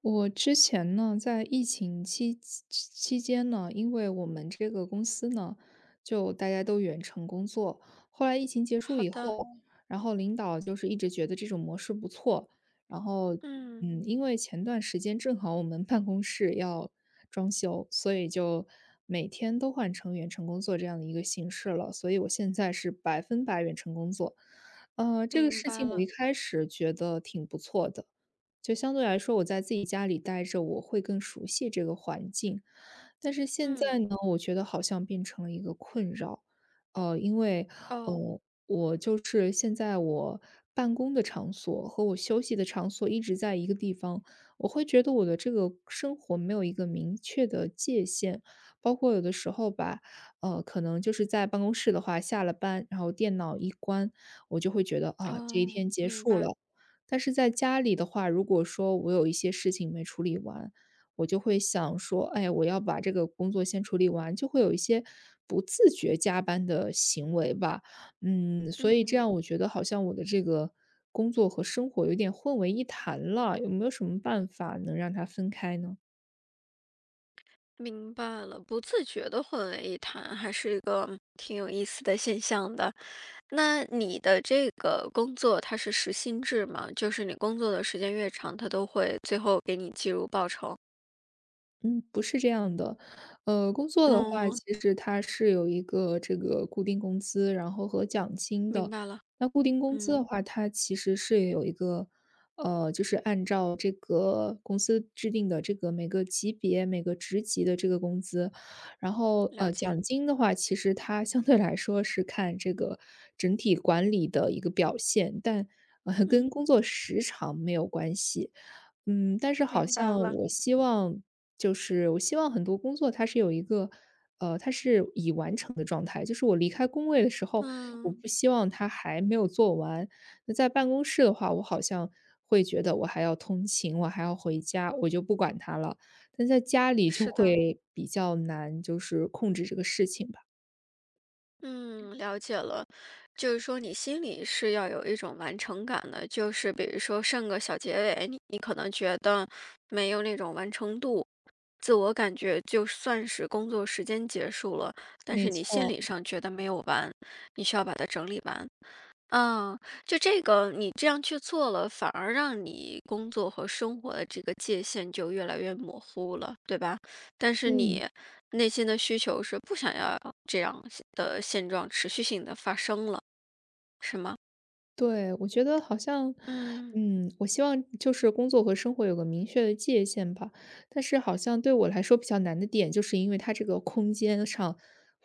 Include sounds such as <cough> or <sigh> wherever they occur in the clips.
我之前呢，在疫情期间呢，因为我们这个公司呢，就大家都远程工作。后来疫情结束好以的，后，然后领导就是一直觉得这种模式不错，然后嗯，因为前段时间正好我们办公室要装修，所以就每天都换成远程工作这样的一个形式了。所以我现在是百分百远程工作，这个明事白情我一了，开始觉得挺不错的。就相对来说，我在自己家里待着，我会更熟悉这个环境。但是现在嗯，呢，我觉得好像变成了一个困扰，呃，因为哦，呃，我就是现在我办公的场所和我休息的场所一直在一个地方，我会觉得我的这个生活没有一个明确的界限，包括有的时候吧，可能就是在办公室的话，下了班，然后电脑一关，我就会觉得啊，这一哦，天结明束白，了。但是在家里的话，如果说我有一些事情没处理完，我就会想说，哎，我要把这个工作先处理完，就会有一些不自觉加班的行为吧。嗯，所以这嗯，样我觉得好像我的这个工作和生活有点混为一谈了，有没有什么办法能让它分开呢？明白了。不自觉的混为一谈，还是一个挺有意思的现象的。那你的这个工作它是时薪制吗？就是你工作的时间越长，它都会最后给你计入报酬。嗯，不是这样的。工作的话，嗯，其实它是有一个这个固定工资，然后和奖金的。明白了，那固定工资的嗯，话，它其实是有一个，就是按照这个公司制定的这个每个级别、每个职级的这个工资。然后，了解，奖金的话，其实它相对来说是看这个整体管理的一个表现，但跟嗯，工作时长没有关系。嗯，但是好明白像了，我希望很多工作它是有一个，它是已完成的状态。就是我离开工位的时候，我嗯，不希望它还没有做完。那在办公室的话，我好像会觉得我还要通勤，我还要回家，我就不管它了。但在家里就是的。会比较难，就是控制这个事情吧。嗯，了解了，就是说你心里是要有一种完成感的，就是比如说剩个小结尾，你可能觉得没有那种完成度，自我感觉就算是工作时间结束了，但没是你心错，理上觉得没有完，你需要把它整理完。嗯，就这个你这样去做了，反而让你工作和生活的这个界限就越来越模糊了，对吧？但是嗯。你内心的需求是不想要这样的现状持续性的发生了，是吗？对，我觉得好像，嗯嗯，我希望就是工作和生活有个明确的界限吧。但是好像对我来说比较难的点，就是因为它这个空间上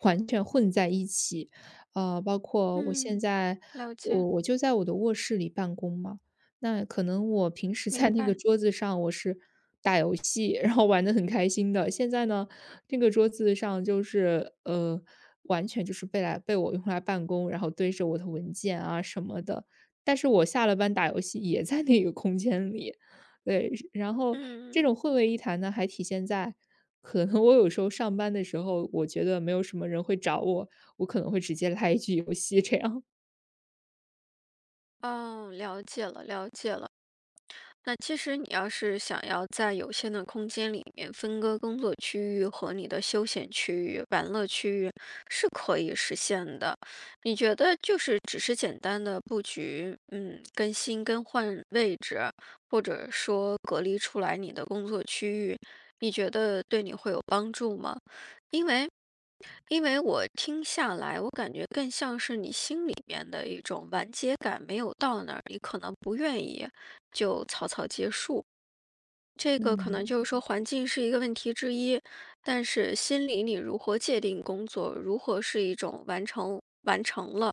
完全混在一起，包括我现嗯，在，了解，我就在我的卧室里办公嘛，那可能我平时在明那个白。桌子上我是打游戏，然后玩的很开心的。现在呢，这个桌子上就是，完全就是被我用来办公，然后堆着我的文件啊什么的，但是我下了班打游戏也在那个空间里，对，然后这种嗯，混为一谈呢，还体现在可能我有时候上班的时候，我觉得没有什么人会找我，我可能会直接来一句游戏这样。哦，了解了，了解了。那其实你要是想要在有限的空间里面分割工作区域和你的休闲区域、玩乐区域，是可以实现的。你觉得就是只是简单的布局，嗯，更新更换位置，或者说隔离出来你的工作区域，你觉得对你会有帮助吗？因为因为我听下来，我感觉更像是你心里面的一种完结感没有到那儿，你可能不愿意。就草草结束。这个可能嗯。就是说环境是一个问题之一，但是心理你如何界定工作，如何是一种完成了，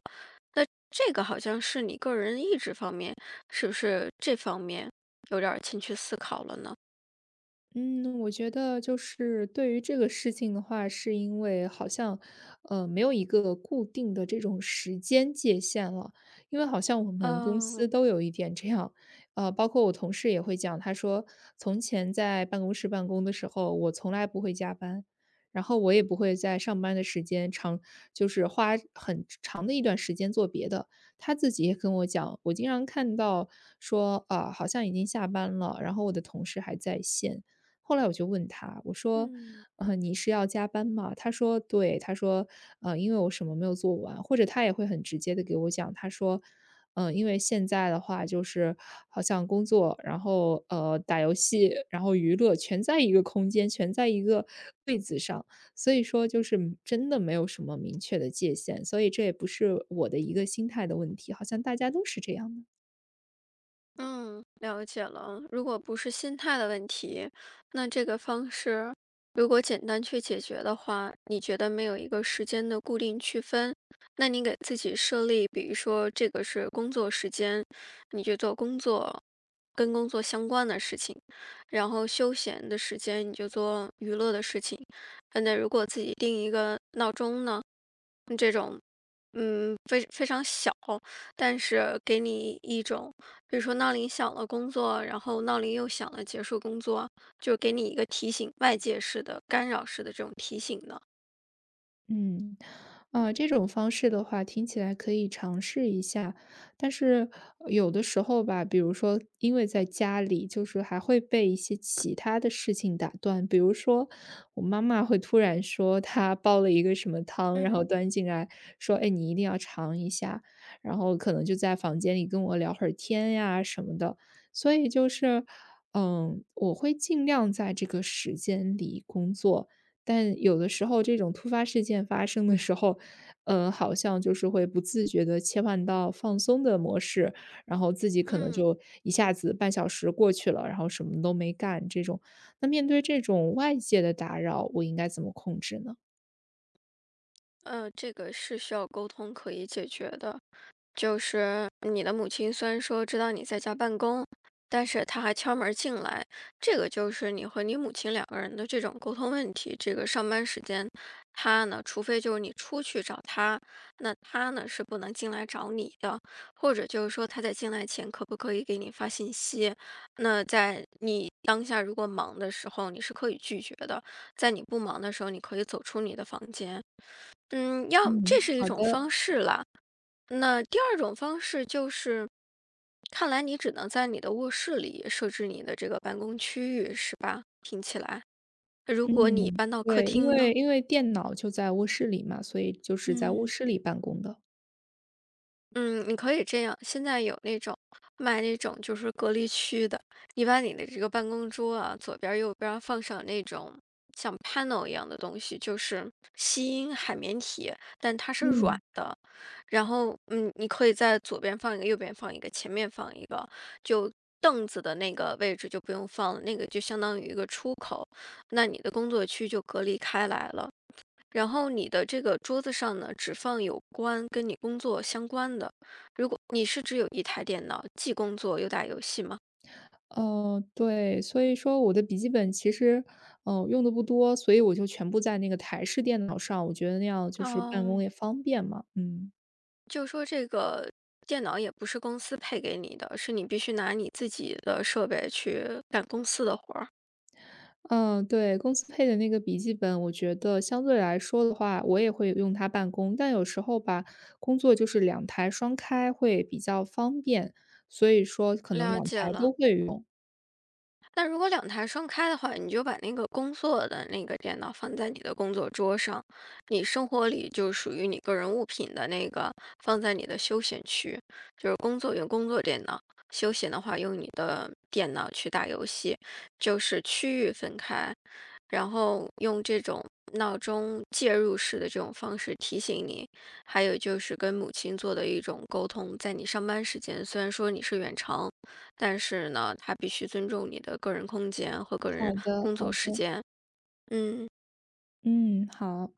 那这个好像是你个人意志方面，是不是这方面有点儿欠缺思考了呢？嗯，我觉得就是对于这个事情的话，是因为好像，没有一个固定的这种时间界限了。因为好像我们公司嗯都有一点这样，包括我同事也会讲，他说从前在办公室办公的时候，我从来不会加班，然后我也不会在上班的时间长，就是花很长的一段时间做别的。他自己也跟我讲，我经常看到说，啊、好像已经下班了，然后我的同事还在线。后来我就问他，我说：嗯。你是要加班吗？”他说：“对。”他说：因为我什么没有做完。”或者他也会很直接的给我讲，他说：因为现在的话就是好像工作，然后，打游戏，然后娱乐全在一个空间，全在一个位子上。所以说就是真的没有什么明确的界限，所以这也不是我的一个心态的问题，好像大家都是这样的。”嗯，了解了。如果不是心态的问题，那这个方式如果简单去解决的话，你觉得没有一个时间的固定区分，那你给自己设立，比如说这个是工作时间，你就做工作跟工作相关的事情，然后休闲的时间你就做娱乐的事情。那如果自己定一个闹钟呢，这种嗯，非常小，但是给你一种，比如说闹铃响了工作，然后闹铃又响了结束工作，就给你一个提醒，外界式的干扰式的这种提醒的。嗯，啊，这种方式的话，听起来可以尝试一下。但是有的时候吧，比如说，因为在家里，就是还会被一些其他的事情打断。比如说，我妈妈会突然说她煲了一个什么汤，然后嗯端进来说：“哎，你一定要尝一下。”然后可能就在房间里跟我聊会儿天呀什么的。所以就是，嗯，我会尽量在这个时间里工作。但有的时候这种突发事件发生的时候，好像就是会不自觉地切换到放松的模式，然后自己可能嗯。就一下子半小时过去了，然后什么都没干这种。那面对这种外界的打扰，我应该怎么控制呢？这个是需要沟通可以解决的。就是你的母亲虽然说知道你在家办公，但是她还敲门儿进来，这个就是你和你母亲两个人的这种沟通问题。这个上班时间，她呢，除非就是你出去找她，那她呢是不能进来找你的，或者就是说她在进来前可不可以给你发信息？那在你当下如果忙的时候，你是可以拒绝的；在你不忙的时候，你可以走出你的房间。嗯，要嗯，这是一好种的，方式啦。那第二种方式就是，看来你只能在你的卧室里设置你的这个办公区域，是吧？听起来，如果你嗯，搬到客对，因厅为呢？因为电脑就在卧室里嘛，所以就是在卧嗯。室里办公的。嗯，你可以这样，现在有那种卖那种就是隔离区的，你把你的这个办公桌啊，左边儿右边儿放上那种像 panel 一样的东西，就是吸音海绵体，但它是嗯。软的。然后，嗯，你可以在左边放一个，右边放一个，前面放一个，就凳子的那个位置就不用放了，那个就相当于一个出口，那你的工作区就隔离开来了。然后你的这个桌子上呢，只放有关跟你工作相关的。如果你是只有一台电脑，既工作又打游戏吗？哦，对，所以说我的笔记本其实，用的不多，所以我就全部在那个台式电脑上，我觉得那样就是办公哦，也方便嘛，嗯。就说这个电脑也不是公司配给你的，是你必须拿你自己的设备去干公司的活儿。嗯，对，公司配的那个笔记本，我觉得相对来说的话，我也会用它办公，但有时候吧，工作就是两台双开会比较方便，所以说可能了两解台都了。会用。那如果两台双开的话，你就把那个工作的那个电脑放在你的工作桌上，你生活里就属于你个人物品的那个放在你的休闲区，就是工作用工作电脑，休闲的话用你的电脑去打游戏，就是区域分开，然后用这种闹钟介入式的这种方式提醒你。还有就是跟母亲做的一种沟通，在你上班时间，虽然说你是远程。但是呢，他必须尊重你的个人空间和个人好的，工好作时的。间。嗯，嗯，好，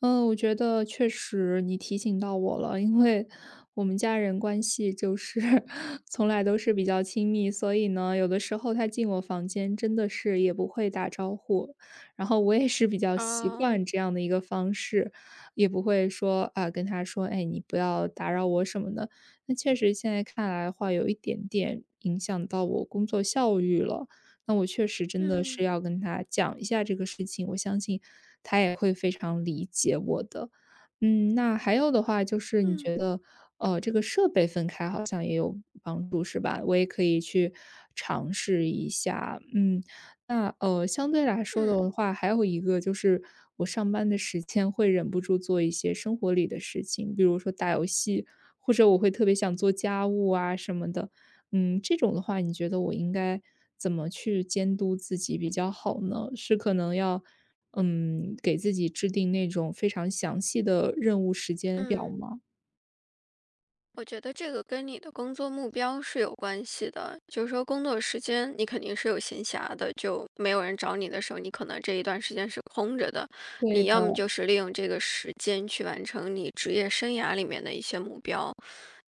嗯，我觉得确实你提醒到我了，因为我们家人关系就是 <laughs> 从来都是比较亲密，所以呢，有的时候他进我房间真的是也不会打招呼，然后我也是比较习啊，惯这样的一个方式，也不会说啊跟他说，哎，你不要打扰我什么的。那确实现在看来的话，有一点点影响到我工作效率了。那我确实真的是嗯要跟他讲一下这个事情，我相信。他也会非常理解我的。嗯，那还有的话就是你嗯觉得，这个设备分开好像也有帮助，是吧？我也可以去尝试一下。嗯，那相对来说嗯的话，还有一个就是我上班的时间会忍不住做一些生活里的事情，比如说打游戏，或者我会特别想做家务啊什么的。嗯，这种的话，你觉得我应该怎么去监督自己比较好呢？是可能要嗯，给自己制定那种非常详细的任务时间表嗯。吗？我觉得这个跟你的工作目标是有关系的，就是说工作时间你肯定是有闲暇的，就没有人找你的时候，你可能这一段时间是空着的，对你的，要么就是利用这个时间去完成你职业生涯里面的一些目标，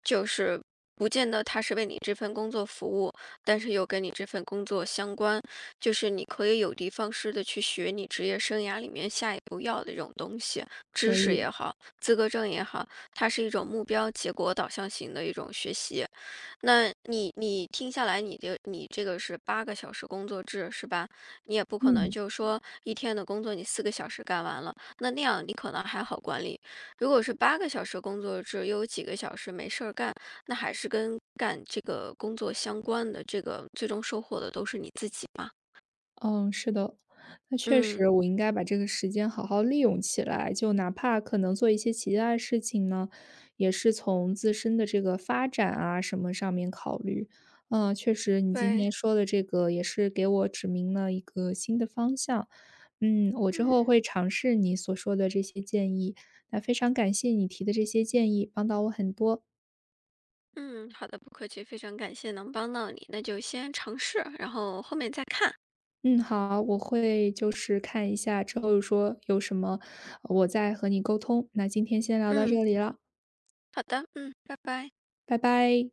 就是不见得它是为你这份工作服务，但是又跟你这份工作相关，就是你可以有的放矢的去学你职业生涯里面下一步要的这种东西，可知识以，也好，资格证也好。它是一种目标结果导向型的一种学习。那你听下来，你这个是八个小时工作制是吧？你也不可能嗯。就说一天的工作你4个小时干完了，那样你可能还好管理。如果是八个小时工作制，又有几个小时没事儿干，那还是跟干这个工作相关的，这个最终收获的都是你自己嘛。嗯，是的，那确嗯，实，我应该把这个时间好好利用起来，就哪怕可能做一些其他的事情呢，也是从自身的这个发展啊什么上面考虑。嗯，确实，你今对，天说的这个也是给我指明了一个新的方向。嗯，我之后嗯会尝试你所说的这些建议。那非常感谢你提的这些建议，帮到我很多。嗯，好的，不客气，非常感谢能帮到你，那就先尝试，然后后面再看。嗯，好，我会就是看一下之后说有什么，我再和你沟通。那今天先聊到嗯。这里了，好的，嗯，拜拜。拜拜。